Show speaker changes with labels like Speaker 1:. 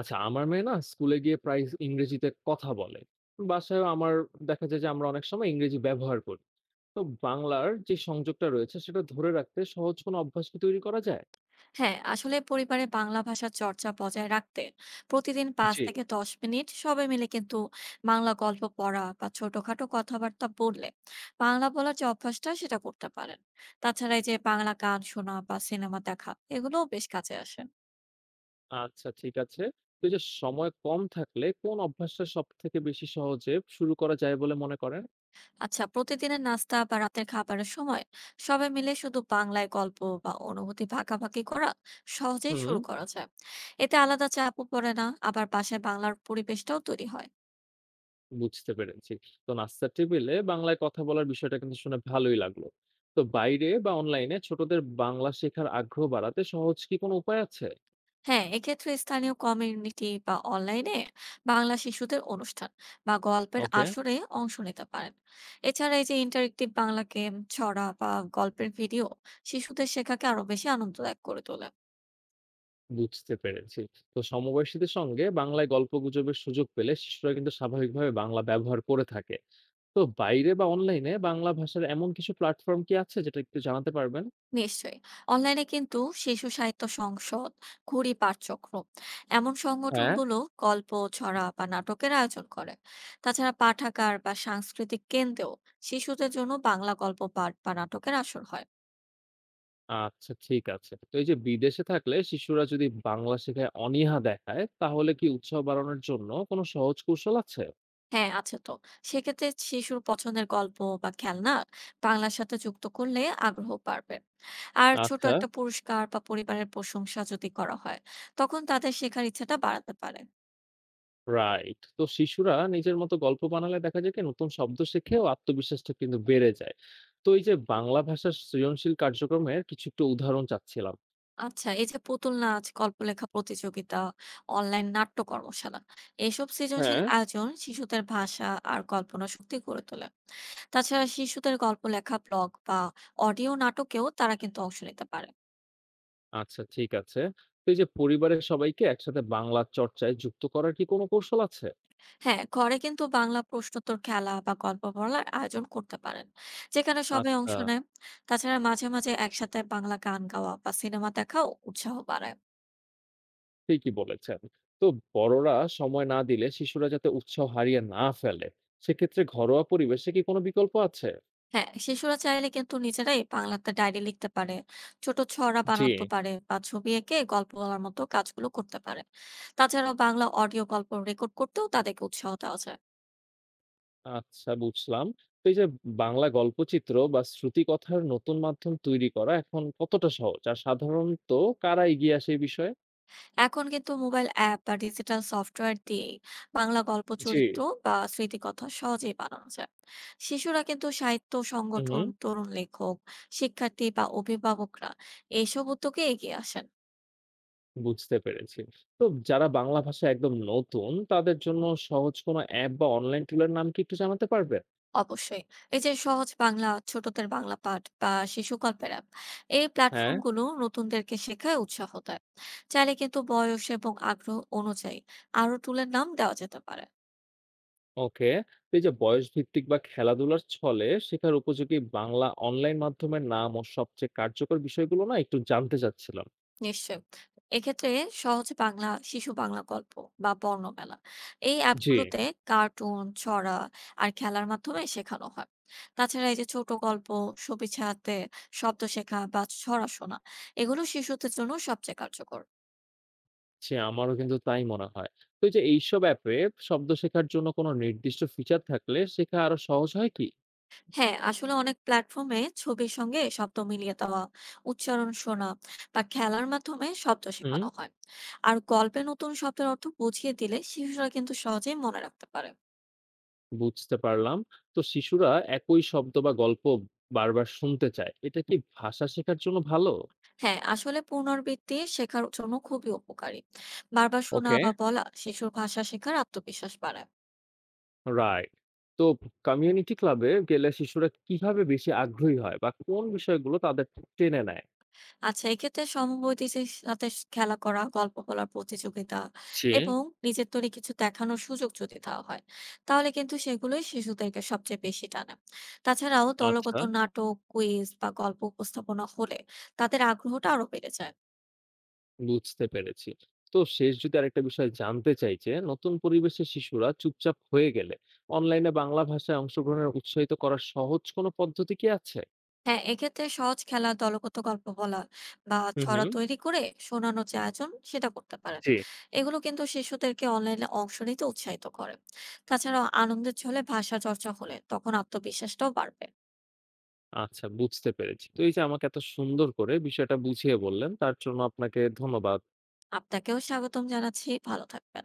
Speaker 1: আচ্ছা, আমার মেয়ে না স্কুলে গিয়ে প্রায় ইংরেজিতে কথা বলে। বাসায়ও আমার দেখা যায় যে আমরা অনেক সময় ইংরেজি ব্যবহার করি। তো বাংলার যে সংযোগটা রয়েছে সেটা ধরে রাখতে সহজ কোনো অভ্যাস কি তৈরি করা যায়?
Speaker 2: হ্যাঁ, আসলে পরিবারে বাংলা ভাষার চর্চা বজায় রাখতে প্রতিদিন 5
Speaker 1: জি।
Speaker 2: থেকে 10 মিনিট সবাই মিলে কিন্তু বাংলা গল্প পড়া বা ছোটখাটো কথাবার্তা বললে বাংলা বলার যে অভ্যাসটা সেটা করতে পারেন। তাছাড়া এই যে বাংলা গান শোনা বা সিনেমা দেখা, এগুলোও বেশ কাজে আসে।
Speaker 1: আচ্ছা, ঠিক আছে। তো এই যে সময় কম থাকলে কোন অভ্যাসটা সব থেকে বেশি সহজে শুরু করা যায় বলে মনে করেন?
Speaker 2: আচ্ছা, প্রতিদিনের নাস্তা বা রাতের খাবারের সময় সবাই মিলে শুধু বাংলায় গল্প বা অনুভূতি ভাগাভাগি করা সহজেই
Speaker 1: হুম।
Speaker 2: শুরু করা যায়। এতে আলাদা চাপও পড়ে না, আবার পাশে বাংলার পরিবেশটাও তৈরি হয়।
Speaker 1: বুঝতে পেরেছি। তো নাস্তার টেবিলে বাংলায় কথা বলার বিষয়টা কিন্তু শুনে ভালোই লাগলো। তো বাইরে বা অনলাইনে ছোটদের বাংলা শেখার আগ্রহ বাড়াতে সহজ কি কোনো উপায় আছে?
Speaker 2: হ্যাঁ, এক্ষেত্রে স্থানীয় কমিউনিটি বা অনলাইনে বাংলা শিশুদের অনুষ্ঠান বা গল্পের
Speaker 1: ওকে।
Speaker 2: আসরে অংশ নিতে পারেন। এছাড়া এই যে ইন্টারেক্টিভ বাংলা গেম, ছড়া বা গল্পের ভিডিও, শিশুদের শেখাকে আরো বেশি আনন্দদায়ক করে তোলে।
Speaker 1: বুঝতে পেরেছি। তো সমবয়সীদের সঙ্গে বাংলায় গল্পগুজবের সুযোগ পেলে শিশুরা কিন্তু স্বাভাবিকভাবে বাংলা ব্যবহার করে থাকে। তো বাইরে বা অনলাইনে বাংলা ভাষার এমন কিছু প্ল্যাটফর্ম কি আছে যেটা একটু জানাতে পারবেন?
Speaker 2: নিশ্চয়ই। অনলাইনে কিন্তু শিশু সাহিত্য সংসদ, ঘুড়ি পাঠচক্র, এমন
Speaker 1: হ্যাঁ?
Speaker 2: সংগঠনগুলো গল্প, ছড়া বা নাটকের আয়োজন করে। তাছাড়া পাঠাগার বা সাংস্কৃতিক কেন্দ্রেও শিশুদের জন্য বাংলা গল্প পাঠ বা নাটকের আসর হয়।
Speaker 1: আচ্ছা, ঠিক আছে। তো এই যে বিদেশে থাকলে শিশুরা যদি বাংলা শেখায় অনীহা দেখায় তাহলে কি উৎসাহ বাড়ানোর জন্য কোনো সহজ কৌশল আছে?
Speaker 2: হ্যাঁ, আছে তো। সেক্ষেত্রে শিশুর পছন্দের গল্প বা খেলনা বাংলার সাথে যুক্ত করলে আগ্রহ বাড়বে। আর ছোট
Speaker 1: আচ্ছা।
Speaker 2: একটা পুরস্কার বা পরিবারের প্রশংসা যদি করা হয়, তখন তাদের শেখার ইচ্ছাটা বাড়াতে পারে।
Speaker 1: রাইট। তো শিশুরা নিজের মতো গল্প বানালে দেখা যায় কি নতুন শব্দ শেখে ও আত্মবিশ্বাসটা কিন্তু বেড়ে যায়। তো এই যে বাংলা ভাষার সৃজনশীল কার্যক্রমের কিছু একটু উদাহরণ চাচ্ছিলাম।
Speaker 2: আচ্ছা, এই যে পুতুল নাচ, গল্প লেখা প্রতিযোগিতা, অনলাইন নাট্য কর্মশালা, এসব সৃজনশীল
Speaker 1: হ্যাঁ।
Speaker 2: আয়োজন শিশুদের ভাষা আর কল্পনা শক্তি গড়ে তোলে। তাছাড়া শিশুদের গল্প লেখা ব্লগ বা অডিও নাটকেও তারা কিন্তু অংশ নিতে পারে।
Speaker 1: আচ্ছা, ঠিক আছে। তো এই যে পরিবারের সবাইকে একসাথে বাংলা চর্চায় যুক্ত করার কি কোনো কৌশল আছে?
Speaker 2: হ্যাঁ, ঘরে কিন্তু বাংলা প্রশ্নোত্তর খেলা বা গল্প বলার আয়োজন করতে পারেন, যেখানে সবাই
Speaker 1: আচ্ছা।
Speaker 2: অংশ নেয়। তাছাড়া মাঝে মাঝে একসাথে বাংলা গান গাওয়া বা সিনেমা দেখাও উৎসাহ বাড়ায়।
Speaker 1: ঠিকই বলেছেন। তো বড়রা সময় না দিলে শিশুরা যাতে উৎসাহ হারিয়ে না ফেলে সেক্ষেত্রে ঘরোয়া পরিবেশে কি কোনো বিকল্প আছে?
Speaker 2: হ্যাঁ, শিশুরা চাইলে কিন্তু নিজেরাই বাংলাতে ডায়েরি লিখতে পারে, ছোট ছড়া
Speaker 1: জি।
Speaker 2: বানাতে পারে বা ছবি এঁকে গল্প বলার মতো কাজগুলো করতে পারে। তাছাড়াও বাংলা অডিও গল্প রেকর্ড করতেও তাদেরকে উৎসাহ দেওয়া যায়।
Speaker 1: আচ্ছা, বুঝলাম। তো এই যে বাংলা গল্পচিত্র বা শ্রুতিকথার নতুন মাধ্যম তৈরি করা এখন কতটা সহজ? আর সাধারণত কারা এগিয়ে আসে এই বিষয়ে?
Speaker 2: এখন কিন্তু মোবাইল অ্যাপ বা ডিজিটাল সফটওয়্যার দিয়েই বাংলা গল্প
Speaker 1: জি।
Speaker 2: চরিত্র বা স্মৃতিকথা সহজেই বানানো যায়। শিশুরা কিন্তু সাহিত্য
Speaker 1: হুম,
Speaker 2: সংগঠন,
Speaker 1: হুম।
Speaker 2: তরুণ লেখক, শিক্ষার্থী বা অভিভাবকরা এইসব উদ্যোগে এগিয়ে আসেন।
Speaker 1: বুঝতে পেরেছি। তো যারা বাংলা ভাষায় একদম নতুন তাদের জন্য সহজ কোনো অ্যাপ বা অনলাইন টুলের নাম কি একটু জানাতে পারবেন?
Speaker 2: অবশ্যই। এই যে সহজ বাংলা, ছোটদের বাংলা পাঠ বা শিশু গল্পের অ্যাপ, এই
Speaker 1: হ্যাঁ।
Speaker 2: প্ল্যাটফর্মগুলো নতুনদেরকে শেখায় উৎসাহ দেয়। চাইলে কিন্তু বয়স এবং আগ্রহ অনুযায়ী আরো টুলের নাম দেওয়া যেতে পারে।
Speaker 1: ওকে। তো এই যে বয়সভিত্তিক বা খেলাধুলার ছলে শেখার উপযোগী বাংলা অনলাইন মাধ্যমের নাম ও সবচেয়ে কার্যকর বিষয়গুলো না একটু জানতে চাচ্ছিলাম।
Speaker 2: নিশ্চয়ই। এক্ষেত্রে সহজ বাংলা, শিশু বাংলা গল্প বা বর্ণমেলা। এই
Speaker 1: জি।
Speaker 2: অ্যাপগুলোতে কার্টুন, ছড়া আর খেলার মাধ্যমে শেখানো হয়। তাছাড়া এই যে ছোট গল্প, ছবি ছায়াতে শব্দ শেখা বা ছড়া শোনা, এগুলো শিশুদের জন্য সবচেয়ে কার্যকর।
Speaker 1: জি, আমারও কিন্তু তাই মনে হয়। তো এই যে এইসব অ্যাপে শব্দ শেখার জন্য কোনো নির্দিষ্ট ফিচার থাকলে শেখা আরো সহজ হয় কি?
Speaker 2: হ্যাঁ, আসলে অনেক প্ল্যাটফর্মে ছবির সঙ্গে শব্দ মিলিয়ে দেওয়া, উচ্চারণ শোনা বা খেলার মাধ্যমে শব্দ
Speaker 1: হুম।
Speaker 2: শেখানো হয়। আর গল্পে নতুন শব্দের অর্থ বুঝিয়ে দিলে শিশুরা কিন্তু সহজেই মনে রাখতে পারে।
Speaker 1: বুঝতে পারলাম। তো শিশুরা একই শব্দ বা গল্প বারবার শুনতে চায়। এটা কি ভাষা শেখার জন্য ভালো?
Speaker 2: হ্যাঁ, আসলে পুনরাবৃত্তি শেখার জন্য খুবই উপকারী। বারবার শোনা
Speaker 1: ওকে।
Speaker 2: বা বলা শিশুর ভাষা শেখার আত্মবিশ্বাস বাড়ায়।
Speaker 1: রাইট। তো কমিউনিটি ক্লাবে গেলে শিশুরা কিভাবে বেশি আগ্রহী হয় বা কোন বিষয়গুলো তাদের টেনে নেয়?
Speaker 2: আচ্ছা, এক্ষেত্রে সমবয়সীদের সাথে খেলা করা, গল্প বলার প্রতিযোগিতা
Speaker 1: জি।
Speaker 2: এবং নিজের তৈরি কিছু দেখানোর সুযোগ যদি দেওয়া হয়, তাহলে কিন্তু সেগুলোই শিশুদেরকে সবচেয়ে বেশি টানে। তাছাড়াও দলগত
Speaker 1: আচ্ছা,
Speaker 2: নাটক, কুইজ বা গল্প উপস্থাপনা হলে তাদের আগ্রহটা আরো বেড়ে যায়।
Speaker 1: বুঝতে পেরেছি। তো শেষ যদি আরেকটা বিষয় জানতে চাই যে, নতুন পরিবেশে শিশুরা চুপচাপ হয়ে গেলে অনলাইনে বাংলা ভাষায় অংশগ্রহণের উৎসাহিত করার সহজ কোনো পদ্ধতি কি আছে?
Speaker 2: হ্যাঁ, এক্ষেত্রে সহজ খেলা, দলগত গল্প বলা বা
Speaker 1: হুম,
Speaker 2: ছড়া
Speaker 1: হুম।
Speaker 2: তৈরি করে শোনানোর যে আয়োজন সেটা করতে পারেন।
Speaker 1: জি।
Speaker 2: এগুলো কিন্তু শিশুদেরকে অনলাইনে অংশ নিতে উৎসাহিত করে। তাছাড়াও আনন্দের ছলে ভাষা চর্চা হলে তখন আত্মবিশ্বাসটাও বাড়বে।
Speaker 1: আচ্ছা, বুঝতে পেরেছি। তো এই যে আমাকে এত সুন্দর করে বিষয়টা বুঝিয়ে বললেন তার জন্য আপনাকে ধন্যবাদ।
Speaker 2: আপনাকেও স্বাগতম জানাচ্ছি। ভালো থাকবেন।